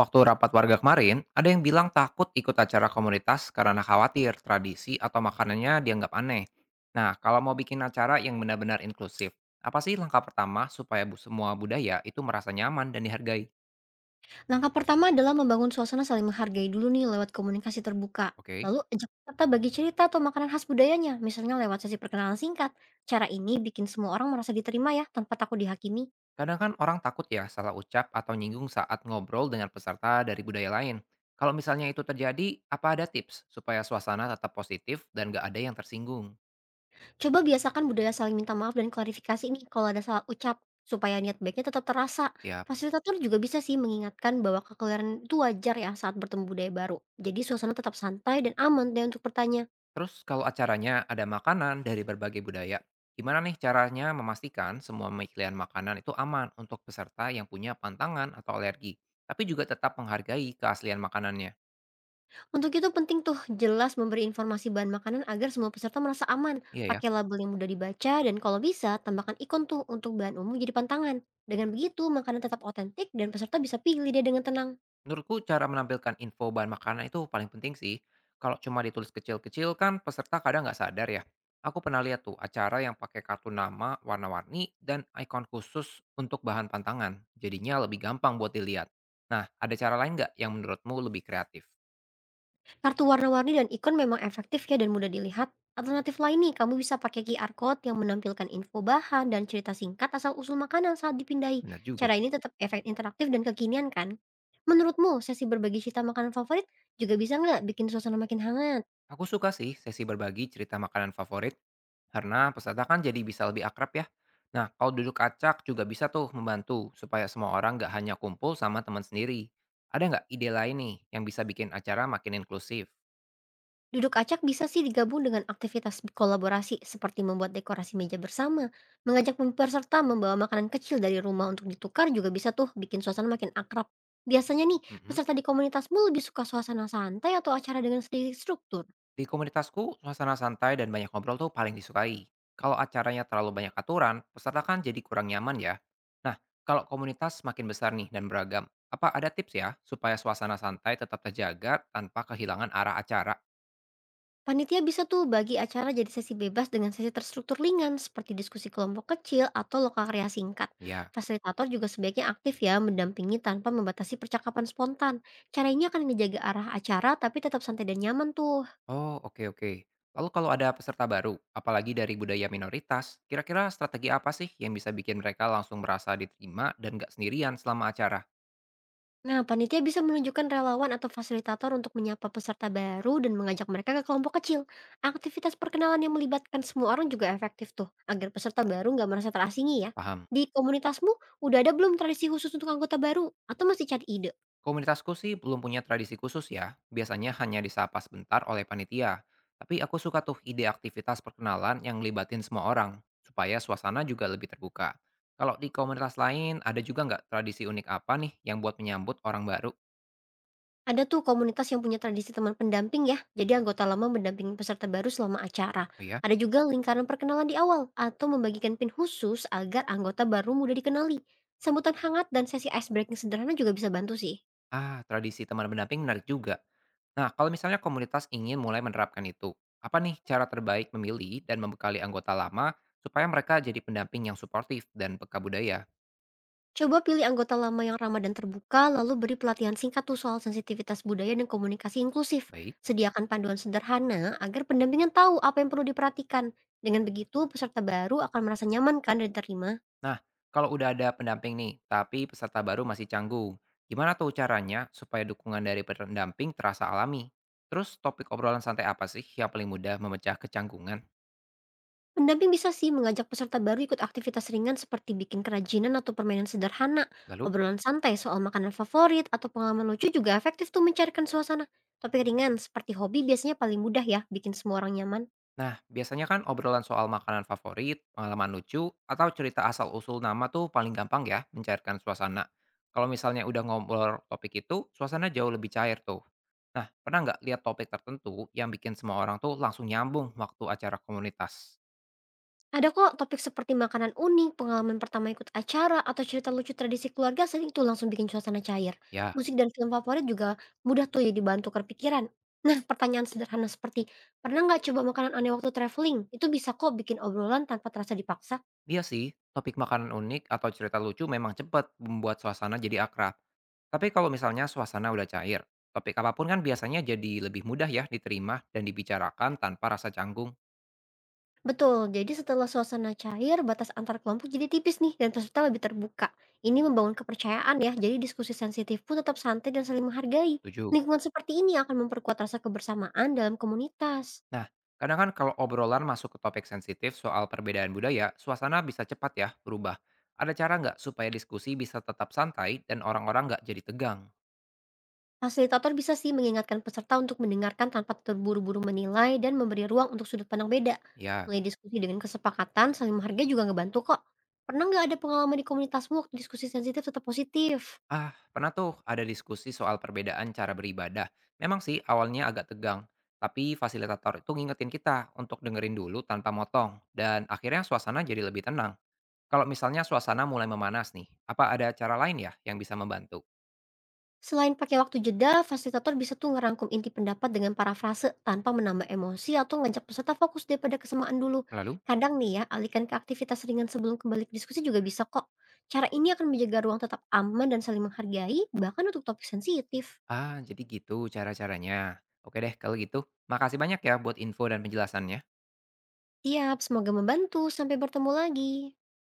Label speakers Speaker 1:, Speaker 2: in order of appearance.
Speaker 1: Waktu rapat warga kemarin, ada yang bilang takut ikut acara komunitas karena khawatir tradisi atau makanannya dianggap aneh. Nah, kalau mau bikin acara yang benar-benar inklusif, apa sih langkah pertama supaya semua budaya itu merasa nyaman dan dihargai?
Speaker 2: Langkah pertama adalah membangun suasana saling menghargai dulu nih lewat komunikasi terbuka.
Speaker 1: Oke.
Speaker 2: Lalu ajak peserta bagi cerita atau makanan khas budayanya, misalnya lewat sesi perkenalan singkat. Cara ini bikin semua orang merasa diterima ya, tanpa takut dihakimi.
Speaker 1: Kadang kan orang takut ya salah ucap atau nyinggung saat ngobrol dengan peserta dari budaya lain. Kalau misalnya itu terjadi, apa ada tips supaya suasana tetap positif dan gak ada yang tersinggung?
Speaker 2: Coba biasakan budaya saling minta maaf dan klarifikasi nih kalau ada salah ucap, supaya niat baiknya tetap terasa.
Speaker 1: Siap.
Speaker 2: Fasilitator juga bisa sih mengingatkan bahwa kekeliruan itu wajar ya saat bertemu budaya baru. Jadi suasana tetap santai dan aman deh untuk bertanya.
Speaker 1: Terus kalau acaranya ada makanan dari berbagai budaya, gimana nih caranya memastikan semua pilihan makanan itu aman untuk peserta yang punya pantangan atau alergi, tapi juga tetap menghargai keaslian makanannya?
Speaker 2: Untuk itu penting tuh jelas memberi informasi bahan makanan agar semua peserta merasa aman.
Speaker 1: Iya ya.
Speaker 2: Pakai label yang mudah dibaca dan kalau bisa tambahkan ikon tuh untuk bahan umum jadi pantangan. Dengan begitu makanan tetap otentik dan peserta bisa pilih dia dengan tenang.
Speaker 1: Menurutku cara menampilkan info bahan makanan itu paling penting sih. Kalau cuma ditulis kecil-kecil kan peserta kadang nggak sadar ya. Aku pernah lihat tuh acara yang pakai kartu nama, warna-warni, dan ikon khusus untuk bahan pantangan. Jadinya lebih gampang buat dilihat. Nah, ada cara lain nggak yang menurutmu lebih kreatif?
Speaker 2: Kartu warna-warni dan ikon memang efektif ya dan mudah dilihat. Alternatif lain nih, kamu bisa pakai QR code yang menampilkan info bahan dan cerita singkat asal usul makanan saat dipindai.
Speaker 1: Benar juga.
Speaker 2: Cara ini tetap efek interaktif dan kekinian kan? Menurutmu sesi berbagi cerita makanan favorit juga bisa nggak bikin suasana makin hangat?
Speaker 1: Aku suka sih sesi berbagi cerita makanan favorit, karena peserta kan jadi bisa lebih akrab ya. Nah, kalau duduk acak juga bisa tuh membantu, supaya semua orang nggak hanya kumpul sama teman sendiri. Ada nggak ide lain nih yang bisa bikin acara makin inklusif?
Speaker 2: Duduk acak bisa sih digabung dengan aktivitas kolaborasi seperti membuat dekorasi meja bersama, mengajak peserta membawa makanan kecil dari rumah untuk ditukar juga bisa tuh bikin suasana makin akrab. Biasanya nih,
Speaker 1: Mhm.
Speaker 2: peserta di komunitasmu lebih suka suasana santai atau acara dengan sedikit struktur.
Speaker 1: Di komunitasku, suasana santai dan banyak ngobrol tuh paling disukai. Kalau acaranya terlalu banyak aturan, peserta kan jadi kurang nyaman ya. Nah, kalau komunitas makin besar nih dan beragam, apa ada tips ya supaya suasana santai tetap terjaga tanpa kehilangan arah acara?
Speaker 2: Panitia bisa tuh bagi acara jadi sesi bebas dengan sesi terstruktur ringan seperti diskusi kelompok kecil atau lokal karya singkat.
Speaker 1: Ya.
Speaker 2: Fasilitator juga sebaiknya aktif ya mendampingi tanpa membatasi percakapan spontan. Cara ini akan menjaga arah acara tapi tetap santai dan nyaman tuh.
Speaker 1: Oh, oke oke. Lalu kalau ada peserta baru, apalagi dari budaya minoritas, kira-kira strategi apa sih yang bisa bikin mereka langsung merasa diterima dan nggak sendirian selama acara?
Speaker 2: Nah, panitia bisa menunjukkan relawan atau fasilitator untuk menyapa peserta baru dan mengajak mereka ke kelompok kecil. Aktivitas perkenalan yang melibatkan semua orang juga efektif tuh, agar peserta baru nggak merasa terasingi ya.
Speaker 1: Paham.
Speaker 2: Di komunitasmu, udah ada belum tradisi khusus untuk anggota baru? Atau masih cari ide?
Speaker 1: Komunitasku sih belum punya tradisi khusus ya, biasanya hanya disapa sebentar oleh panitia. Tapi aku suka tuh ide aktivitas perkenalan yang ngelibatin semua orang, supaya suasana juga lebih terbuka. Kalau di komunitas lain, ada juga nggak tradisi unik apa nih yang buat menyambut orang baru?
Speaker 2: Ada tuh komunitas yang punya tradisi teman pendamping ya, jadi anggota lama mendampingi peserta baru selama acara.
Speaker 1: Oh ya?
Speaker 2: Ada juga lingkaran perkenalan di awal, atau membagikan pin khusus agar anggota baru mudah dikenali. Sambutan hangat dan sesi ice breaking sederhana juga bisa bantu sih.
Speaker 1: Ah, tradisi teman pendamping menarik juga. Nah, kalau misalnya komunitas ingin mulai menerapkan itu, apa nih cara terbaik memilih dan membekali anggota lama supaya mereka jadi pendamping yang suportif dan peka budaya?
Speaker 2: Coba pilih anggota lama yang ramah dan terbuka, lalu beri pelatihan singkat tuh soal sensitivitas budaya dan komunikasi inklusif.
Speaker 1: Baik.
Speaker 2: Sediakan panduan sederhana agar pendampingan tahu apa yang perlu diperhatikan. Dengan begitu, peserta baru akan merasa nyaman kan dan diterima.
Speaker 1: Nah, kalau udah ada pendamping nih, tapi peserta baru masih canggung, gimana tuh caranya supaya dukungan dari pendamping terasa alami? Terus topik obrolan santai apa sih yang paling mudah memecah kecanggungan?
Speaker 2: Pendamping bisa sih mengajak peserta baru ikut aktivitas ringan seperti bikin kerajinan atau permainan sederhana.
Speaker 1: Lalu?
Speaker 2: Obrolan santai soal makanan favorit atau pengalaman lucu juga efektif tuh mencairkan suasana. Topik ringan seperti hobi biasanya paling mudah ya bikin semua orang nyaman.
Speaker 1: Nah, biasanya kan obrolan soal makanan favorit, pengalaman lucu, atau cerita asal-usul nama tuh paling gampang ya mencairkan suasana. Kalau misalnya udah ngobrol topik itu, suasana jauh lebih cair tuh. Nah, pernah nggak lihat topik tertentu yang bikin semua orang tuh langsung nyambung waktu acara komunitas?
Speaker 2: Ada kok topik seperti makanan unik, pengalaman pertama ikut acara, atau cerita lucu tradisi keluarga sering tuh langsung bikin suasana cair.
Speaker 1: Ya,
Speaker 2: Musik dan film favorit juga mudah tuh ya dibantu kepikiran. Nah, pertanyaan sederhana seperti, pernah nggak coba makanan aneh waktu traveling? Itu bisa kok bikin obrolan tanpa terasa dipaksa.
Speaker 1: iya sih, topik makanan unik atau cerita lucu memang cepat membuat suasana jadi akrab. Tapi kalau misalnya suasana udah cair, topik apapun kan biasanya jadi lebih mudah ya diterima dan dibicarakan tanpa rasa canggung.
Speaker 2: Betul, jadi setelah suasana cair, batas antar kelompok jadi tipis nih, dan peserta lebih terbuka. Ini membangun kepercayaan ya, jadi diskusi sensitif pun tetap santai dan saling menghargai.
Speaker 1: Setuju?
Speaker 2: Lingkungan seperti ini akan memperkuat rasa kebersamaan dalam komunitas.
Speaker 1: Nah, kadang kan kalau obrolan masuk ke topik sensitif soal perbedaan budaya, suasana bisa cepat ya berubah. Ada cara nggak supaya diskusi bisa tetap santai dan orang-orang nggak jadi tegang?
Speaker 2: Fasilitator bisa sih mengingatkan peserta untuk mendengarkan tanpa terburu-buru menilai dan memberi ruang untuk sudut pandang beda.
Speaker 1: Ya,
Speaker 2: Mulai diskusi dengan kesepakatan, saling menghargai juga ngebantu kok. Pernah nggak ada pengalaman di komunitasmu waktu diskusi sensitif tetap positif?
Speaker 1: ah pernah tuh ada diskusi soal perbedaan cara beribadah. Memang sih awalnya agak tegang, tapi fasilitator itu ngingetin kita untuk dengerin dulu tanpa motong. Dan akhirnya suasana jadi lebih tenang. Kalau misalnya suasana mulai memanas nih, apa ada cara lain ya yang bisa membantu?
Speaker 2: Selain pakai waktu jeda, fasilitator bisa tuh ngerangkum inti pendapat dengan parafrase tanpa menambah emosi atau ngajak peserta fokus daripada kesamaan dulu.
Speaker 1: Lalu.
Speaker 2: Kadang nih ya, alihkan ke aktivitas ringan sebelum kembali ke diskusi juga bisa kok. Cara ini akan menjaga ruang tetap aman dan saling menghargai, bahkan untuk topik sensitif.
Speaker 1: Ah, jadi gitu cara-caranya. Oke deh, kalau gitu. Makasih banyak ya buat info dan penjelasannya.
Speaker 2: Siap, semoga membantu. Sampai bertemu lagi.